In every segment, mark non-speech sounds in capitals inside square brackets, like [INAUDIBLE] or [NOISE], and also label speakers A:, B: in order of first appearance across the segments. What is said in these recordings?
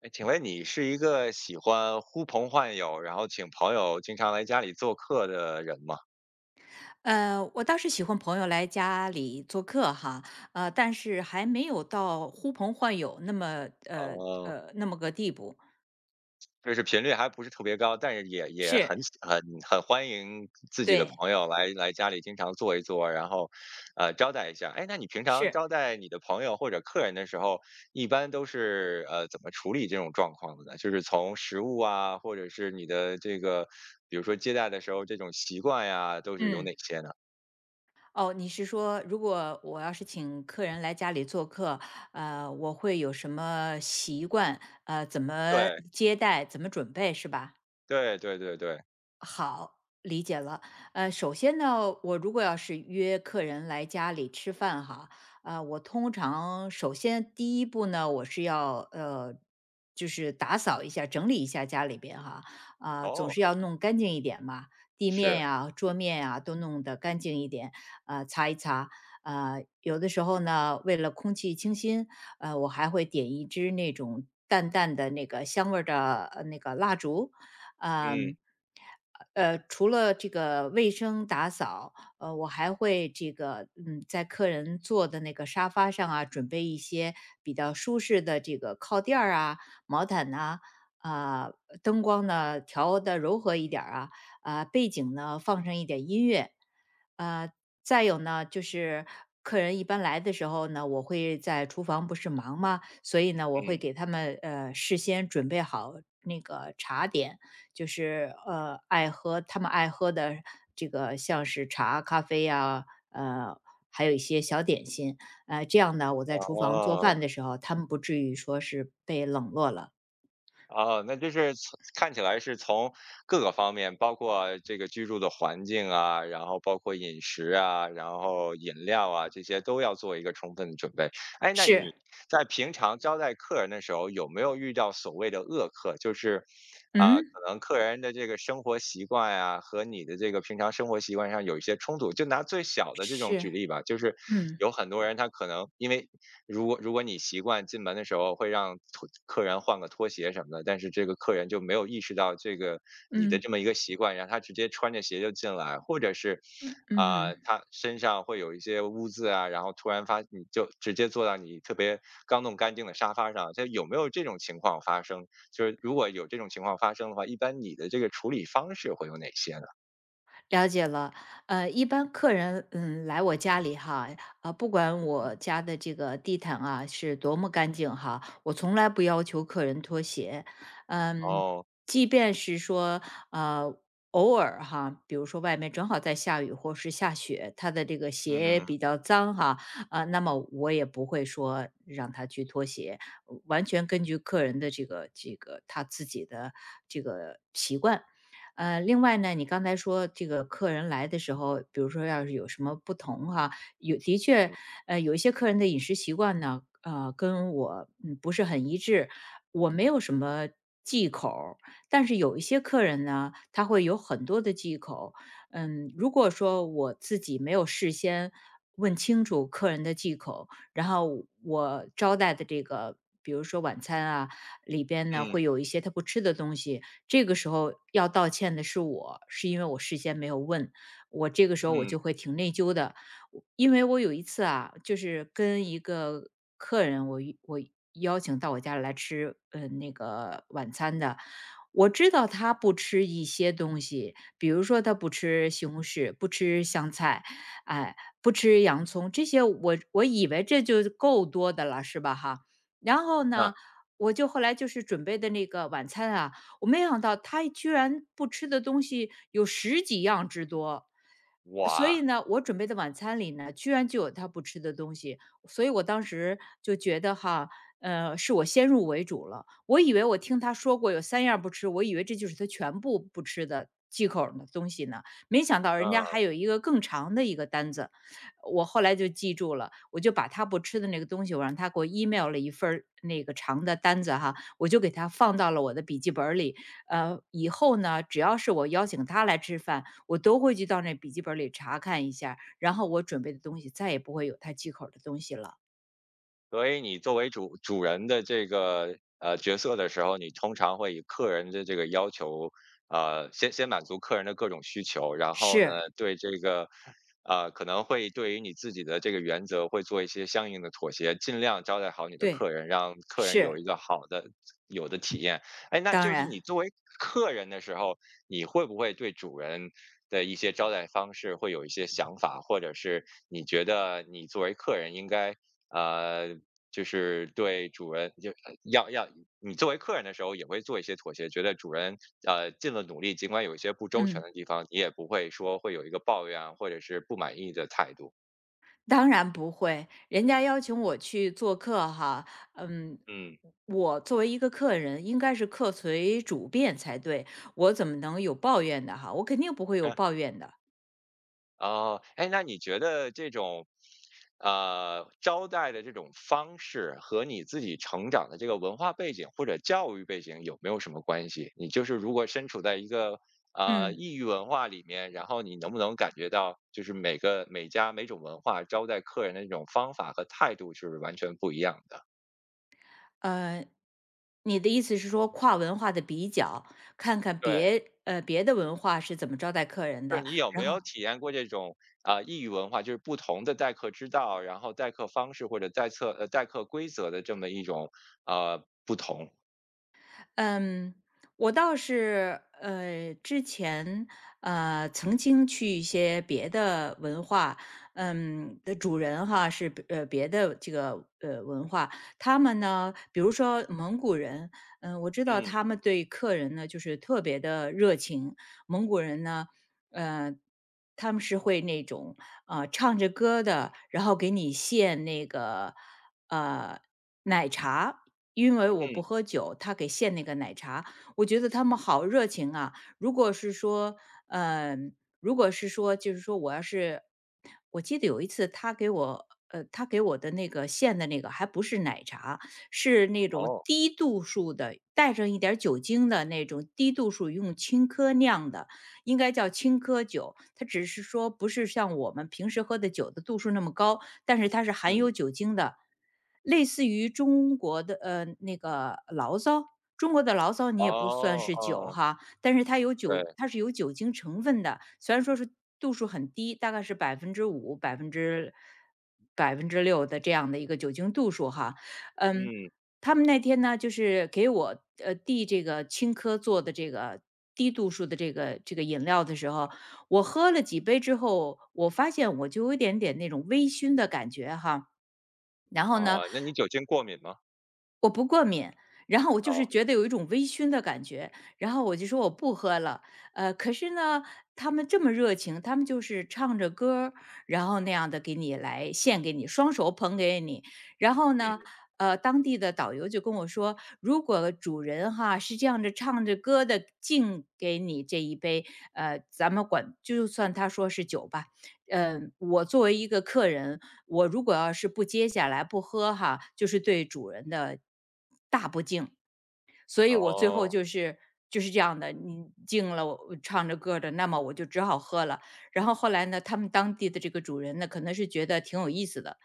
A: 哎，请问你是一个喜欢呼朋唤友，然后请朋友经常来家里做客的人吗？
B: 我倒是喜欢朋友来家里做客哈，但是还没有到呼朋唤友那么
A: 哦，
B: 那么个地步。
A: 就是频率还不是特别高，但是也
B: 是，
A: 很很欢迎自己的
B: 对，
A: 朋友来家里经常坐一坐，然后，招待一下。哎，那你平常
B: 是，
A: 招待你的朋友或者客人的时候，一般都是怎么处理这种状况的呢？就是从食物啊，或者是你的这个，比如说接待的时候这种习惯呀，都是有哪
B: 嗯，
A: 些呢？
B: 哦，你是说如果我要是请客人来家里做客，我会有什么习惯？怎么
A: 对
B: 接待？怎么准备？是吧？
A: 对对对对，
B: 好，理解了。首先呢，我如果要是约客人来家里吃饭哈，我通常首先第一步呢，我是要就是打扫一下、整理一下家里边哈，啊、总
A: 哦。
B: 是要弄干净一点嘛，地面
A: 是，
B: 呀、桌面呀都弄得干净一点，擦一擦。有的时候呢，为了空气清新，我还会点一支那种淡淡的那个香味儿的那个蜡烛，
A: 嗯
B: 嗯、除了这个卫生打扫，我还会这个，在客人坐的那个沙发上啊，准备一些比较舒适的这个靠垫儿啊、毛毯呐、啊，灯光呢调的柔和一点儿啊，啊、背景呢放上一点音乐，呃，再有呢，就是客人一般来的时候呢，我会在厨房不是忙吗？所以呢，我会
A: 嗯，
B: 给他们事先准备好那个茶点，就是爱喝他们爱喝的这个像是茶、咖啡呀、还有一些小点心，这样呢，我在厨房做
A: 哦
B: 饭的时候，他们不至于说是被冷落了。
A: 哦，那就是从看起来是从各个方面，包括这个居住的环境啊，然后包括饮食啊，然后饮料啊，这些都要做一个充分的准备。哎，那
B: 是，
A: 你在平常招待客人的时候，有没有遇到所谓的恶客？就是，啊、可
B: 嗯，
A: 能客人的这个生活习惯呀、和你的这个平常生活习惯上有一些冲突。就拿最小的这种举
B: 是，
A: 例吧，就是
B: 嗯
A: 有很多人他可能因为如果你习惯进门的时候会让拖客人换个拖鞋什么的，但是这个客人就没有意识到这个你的这
B: 嗯
A: 么一个习惯，然后他直接穿着鞋就进来，或者是啊，
B: 嗯。
A: 他身上会有一些污渍啊，然后突然发你就直接坐到你特别刚弄干净的沙发上，这有没有这种情况发生？就是如果有这种情况发生的话，一般你的这个处理方式会有哪些呢？
B: 了解了，一般客人来我家里哈，啊，不管
A: 嗯，
B: 我家的这个地毯啊是多么干净哈，我从来不要求客人脱鞋，嗯，
A: 哦，
B: 即便是说呃偶尔哈，比如说外面正好在下雨或是下雪，他的这个鞋
A: 嗯
B: 比较脏哈，啊，那么我也不会说让他去脱鞋，完全根据客人的这个他自己的这个习惯。另外呢，你刚才说这个客人来的时候，比如说要是有什么不同哈，有的确，有一些客人的饮食习惯呢，跟我不是很一致，我没有什么忌口儿。但是有一些客人呢，他会有很多的忌口，如果说我自己没有事先问清楚客人的忌口，然后我招待的这个。比如说晚餐啊，里边呢
A: 嗯
B: 会有一些他不吃的东西，这个时候要道歉的是我，是因为我事先没有问。我这个时候我
A: 嗯，
B: 就会挺内疚的，因为我有一次啊，就是跟一个客人，我邀请到我家里来吃，那个晚餐的。我知道他不吃一些东西，比如说他不吃西红柿，不吃香菜，哎，不吃洋葱，这些我以为这就够多的了，是吧？哈，然后
A: 啊，
B: 呢，我就后来就是准备的那个晚餐啊，我没想到他居然不吃的东西有十几样之多。所以
A: 哇，
B: 呢，我准备的晚餐里呢，居然就有他不吃的东西，所以我当时就觉得哈，是我先入为主了。我以为我听他说过有三样不吃，我以为这就是他全部不吃的忌口儿的东西呢，没想到人家还
A: 嗯。
B: 有一个更长的一个单子。我后来就记住了，我就把他不吃的那个东西，我让他给我 email 了一份儿那个长的单子哈，我就给他放到了我的笔记本儿里。以后呢，只要是我邀请他来吃饭，我都会去到那笔记本儿里查看一下，然后我准备的东西再也不会有他忌口儿的东西了。
A: 所以你作为主人的这个角色的时候，你通常会以客人的这个要求，呃，先满足客人的各种需求，然后呢，
B: 是，
A: 对这个可能会对于你自己的这个原则会做一些相应的妥协，尽量招待好你的
B: 对，
A: 客人，让客人有
B: 是，
A: 一个好的有的体验。哎，那
B: 当
A: 就是你
B: 然，
A: 作为客人的时候，你会不会对主人的一些招待方式会有一些想法，或者是你觉得你作为客人应该呃，就是对主人就要你作为客人的时候也会做一些妥协，觉得主人尽了努力，尽管有一些不周全
B: 嗯，
A: 的地方，你也不会说会有一个抱怨啊或者是不满意的态度。
B: 当然不会。人家邀请我去做客哈，嗯，
A: 嗯
B: 我作为一个客人，应该是客随主便才对，我怎么能有抱怨的哈？我肯定不会有
A: [LAUGHS]
B: 抱怨的。
A: 哦，哎，那你觉得这种，呃，招待的这种方式和你自己成长的这个文化背景或者教育背景有没有什么关系？你就是如果身处在一个
B: 嗯。
A: 异域文化里面，然后你能不能感觉到，就是每个每家每种文化招待客人的这种方法和态度是完全不一样的？
B: 呃，你的意思是说跨文化的比较，看看
A: 对，
B: 别的文化是怎么招待客人
A: 就是
B: 的，
A: 你有没有体验过这种啊、异域文化，就是不同的待客之道，然后待客方式或者待客规则的这么一种啊不同？
B: 嗯，我倒是之前曾经去一些别的文化，的主人哈是别的这个文化，他们呢，比如说蒙古人，我知道
A: 嗯
B: 他们对客人呢就是特别的热情，蒙古人呢，呃。他们是会那种唱着歌的，然后给你献那个呃奶茶，因为我不
A: 嗯
B: 喝酒，他给献那个奶茶，我觉得他们好热情啊！如果是说，嗯，如果是说，就是说，我要是，我记得有一次他给我的那个献的那个还不是奶茶，是那种
A: 哦
B: 低度数的，带上一点儿酒精的那种低度数用青稞酿的，应该叫青稞酒。它只是说不是像我们平时喝的酒的度数那么高，但是它是含有
A: 嗯
B: 酒精的，类似于中国的那个醪糟。中国的醪糟你也不算
A: 哦
B: 是酒
A: 哦
B: 哈，但是它有酒，
A: 对
B: 它是有酒精成分的。虽然说是度数很低，大概是5%、百分之六的这样的一个酒精度数哈，嗯，
A: 嗯
B: 他们那天呢，就是给我递这个青稞做的这个低度数的这个饮料的时候，我喝了几杯之后，我发现我就有一点点那种微醺的感觉哈。然后
A: 啊、
B: 呢，
A: 那你酒精过敏吗？
B: 我不过敏，然后我就是
A: 哦
B: 觉得有一种微醺的感觉，然后我就说我不喝了。可是呢，他们这么热情，他们就是唱着歌儿然后那样的给你来献给你，双手捧给你。然后呢，
A: 嗯
B: 当地的导游就跟我说，如果主人哈是这样的唱着歌的敬给你这一杯，咱们管就算他说是酒吧，嗯，我作为一个客人，我如果要是不接下来不喝哈，就是对主人的大不敬。所以我最后
A: 哦
B: 就是这样的，你敬了我唱着歌的，那么我就只好喝了。然后后来呢，他们当地的这个主人呢，可能是觉得挺有意思的，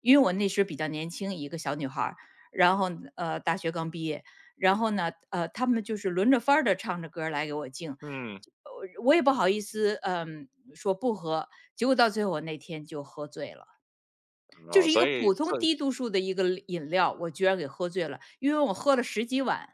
B: 因为我那时比较年轻，一个小女孩儿然后大学刚毕业，然后呢他们就是轮着番儿的唱着歌儿来给我敬，
A: 嗯
B: 我也不好意思说不喝，结果到最后我那天就喝醉了。就
A: 哦，
B: 是一个
A: 所以
B: 普
A: 做
B: 通低度数的一个饮料，我居然给喝醉了，因为我喝了十几碗。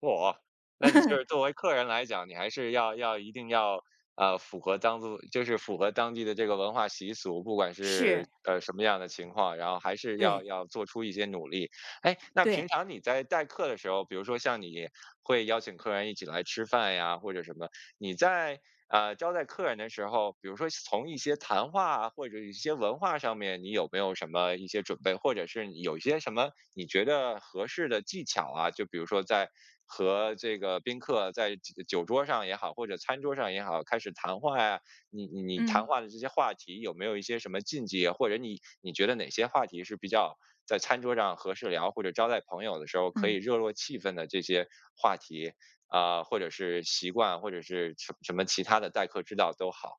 A: 哇，那你就是作为客人来讲，你还是一定要符合当地，就是符合当地的这个文化习俗，不管是
B: 是，
A: 什么样的情况，然后还是要
B: 对，
A: 要做出一些努力。哎，那平
B: 对，
A: 常你在代客的时候，比如说像你会邀请客人一起来吃饭呀，或者什么，你在招待客人的时候，比如说从一些谈话啊或者一些文化上面，你有没有什么一些准备，或者是你有一些什么你觉得合适的技巧啊？就比如说在和这个宾客在酒桌上也好，或者餐桌上也好，开始谈话呀、你谈
B: 嗯，
A: 话的这些话题有没有一些什么禁忌啊或者你觉得哪些话题是比较在餐桌上合适聊，或者招待朋友的时候可以
B: 嗯。
A: 热络气氛的这些话题？啊、或者是习惯，或者是什么其他的待客之道都好。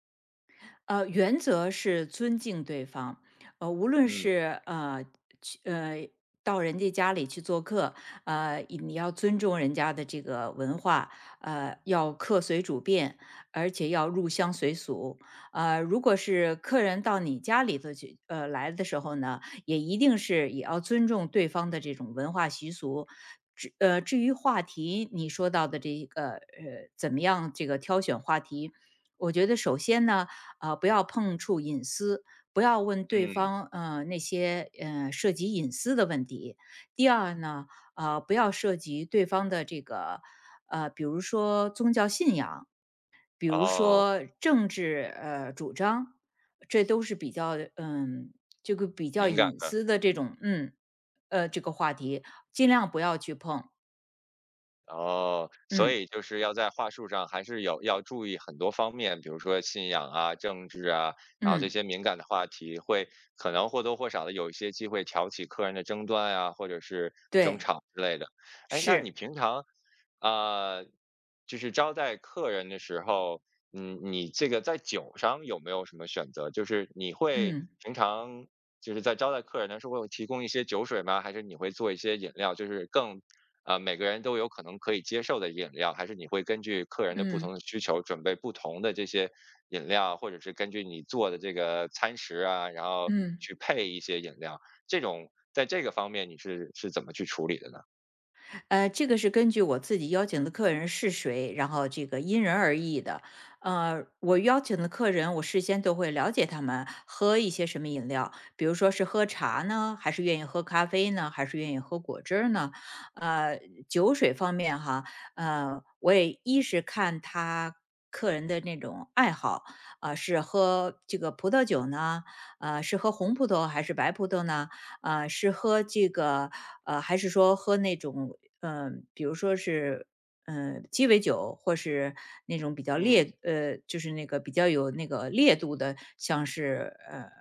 B: 原则是尊敬对方，无论
A: 嗯
B: 是呃去呃到人家家里去做客，你要尊重人家的这个文化，要客随主便，而且要入乡随俗。如果是客人到你家里头去，来的时候呢，也一定是也要尊重对方的这种文化习俗。至于话题，你说到的这个怎么样这个挑选话题，我觉得首先呢，啊，不要碰触隐私，不要问对
A: 嗯，
B: 方那些涉及隐私的问题。第二呢，不要涉及对方的这个比如说宗教信仰，比如
A: 哦，
B: 说政治主张，这都是比较这个比较
A: 敏感
B: 隐
A: 的。
B: 私的这种这个话题，尽量不要去碰。
A: 哦，所
B: 嗯
A: 以就是要在话术上还是有要注意很多方面，比如说信仰啊、政治啊，然后这
B: 嗯，
A: 些敏感的话题会可能或多或少的有一些机会挑起客人的争端啊，或者是争
B: 对，
A: 吵之类的。哎，那你
B: 是，
A: 平常，呃，就是招待客人的时候，嗯，你这个在酒上有没有什么选择？就是你会
B: 嗯
A: 平常就是在招待客人的时候会提供一些酒水吗？还是你会做一些饮料，就是更每个人都有可能可以接受的饮料，还是你会根据客人的不同的
B: 嗯
A: 需求准备不同的这些饮料，或者是根据你做的这个餐食啊，然后
B: 嗯。
A: 去配一些饮料？这种在这个方面你是怎么去处理的呢？
B: 这个是根据我自己邀请的客人是谁，然后这个因人而异的。我邀请的客人，我事先都会了解他们喝一些什么饮料，比如说是喝茶呢，还是愿意喝咖啡呢，还是愿意喝果汁儿呢？呃，酒水方面哈，我也一是看他客人的那种爱好，啊、是喝这个葡萄酒呢，是喝红葡萄还是白葡萄呢？啊，是喝这个还是说喝那种比如说是鸡尾酒，或是那种比较
A: 嗯
B: 烈就是那个比较有那个烈度的，像是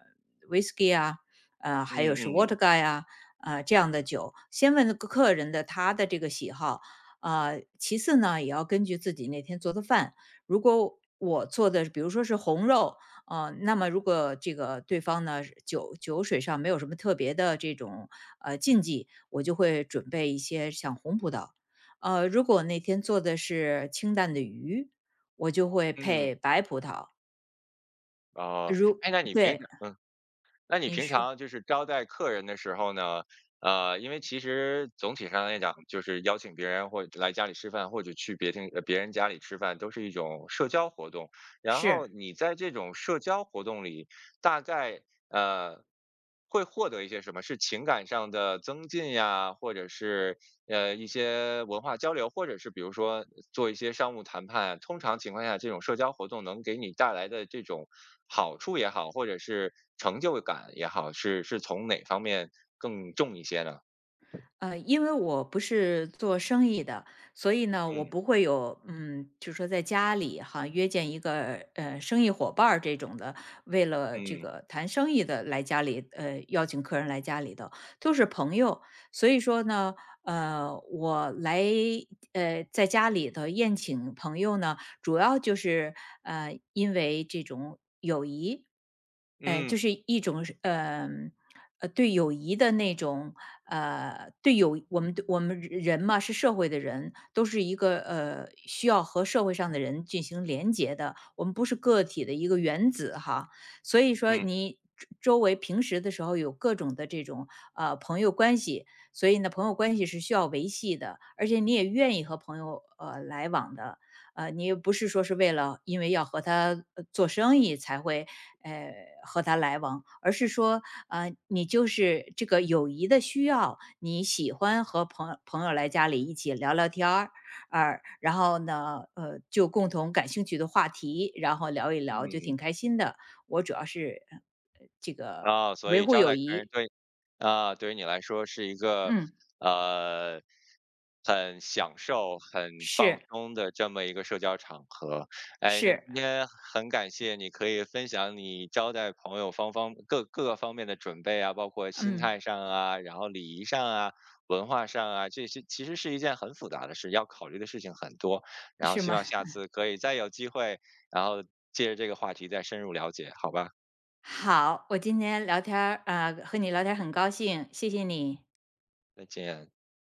B: whisky 啊，
A: 嗯
B: 还有是
A: 嗯
B: vodka 呀、啊，这样的酒，先问个客人的他的这个喜好，啊，其次呢，也要根据自己那天做的饭，如果我做的比如说是红肉，那么如果这个对方呢是酒水上没有什么特别的这种禁忌，我就会准备一些像红葡萄。如果那天做的是清淡的鱼，我就会
A: 嗯嗯，
B: 配白葡萄。
A: 哦，
B: 如
A: 哎，那你平时
B: 对
A: 嗯。那你
B: 你
A: 平
B: 说
A: 常就是招待客人的时候呢，呃，因为其实总体上来讲，就是邀请别人或者来家里吃饭，或者去别人家里吃饭，都是一种社交活动。然后
B: 是，
A: 你在这种社交活动里，大概呃，会获得一些什么？是情感上的增进呀，或者是一些文化交流，或者是比如说做一些商务谈判。通常情况下，这种社交活动能给你带来的这种好处也好，或者是成就感也好，是从哪方面更重一些呢？
B: 因为我不是做生意的，所以呢，我
A: 嗯
B: 不会有，就是说在家里哈约见一个生意伙伴儿这种的，为了这
A: 嗯
B: 个谈生意的来家里，邀请客人来家里的，都是朋友。所以说呢，我来在家里头宴请朋友呢，主要就是因为这种友谊，哎、
A: 嗯
B: 就是一种是对友谊的那种呃对友我们人嘛是社会的人，都是一个需要和社会上的人进行连接的，我们不是个体的一个原子哈，所以说
A: 嗯
B: 你。周围平时的时候有各种的这种朋友关系，所以呢，朋友关系是需要维系的，而且你也愿意和朋友来往的，你又不是说是为了因为要和他做生意才会呃和他来往，而是说你就是这个友谊的需要，你喜欢和朋友来家里一起聊聊天儿，啊，然后呢，就共同感兴趣的话题，然后聊一聊，就
A: 嗯。
B: 挺开心的。我主要是这个
A: 啊，所
B: 维
A: 以
B: 护
A: 招
B: 友
A: 待客人
B: 谊，
A: 对。啊，对于你来说是一个，
B: 嗯，
A: 呃，很享受、很放
B: 是
A: 松的这么一个社交场合。哎，那
B: 是，
A: 今天很感谢你可以分享你招待朋友方方各各个方面的准备啊，包括心
B: 嗯，
A: 态上啊，然后礼仪上啊，文化上啊，这些其实是一件很复杂的事，要考虑的事情很多。然后
B: 是
A: 希
B: 吗？
A: 望下次可以再有机会，然后借着这个话题再深入了解，好吧？
B: 好，我今天聊天儿啊、和你聊天儿很高兴，谢谢你。
A: 再见。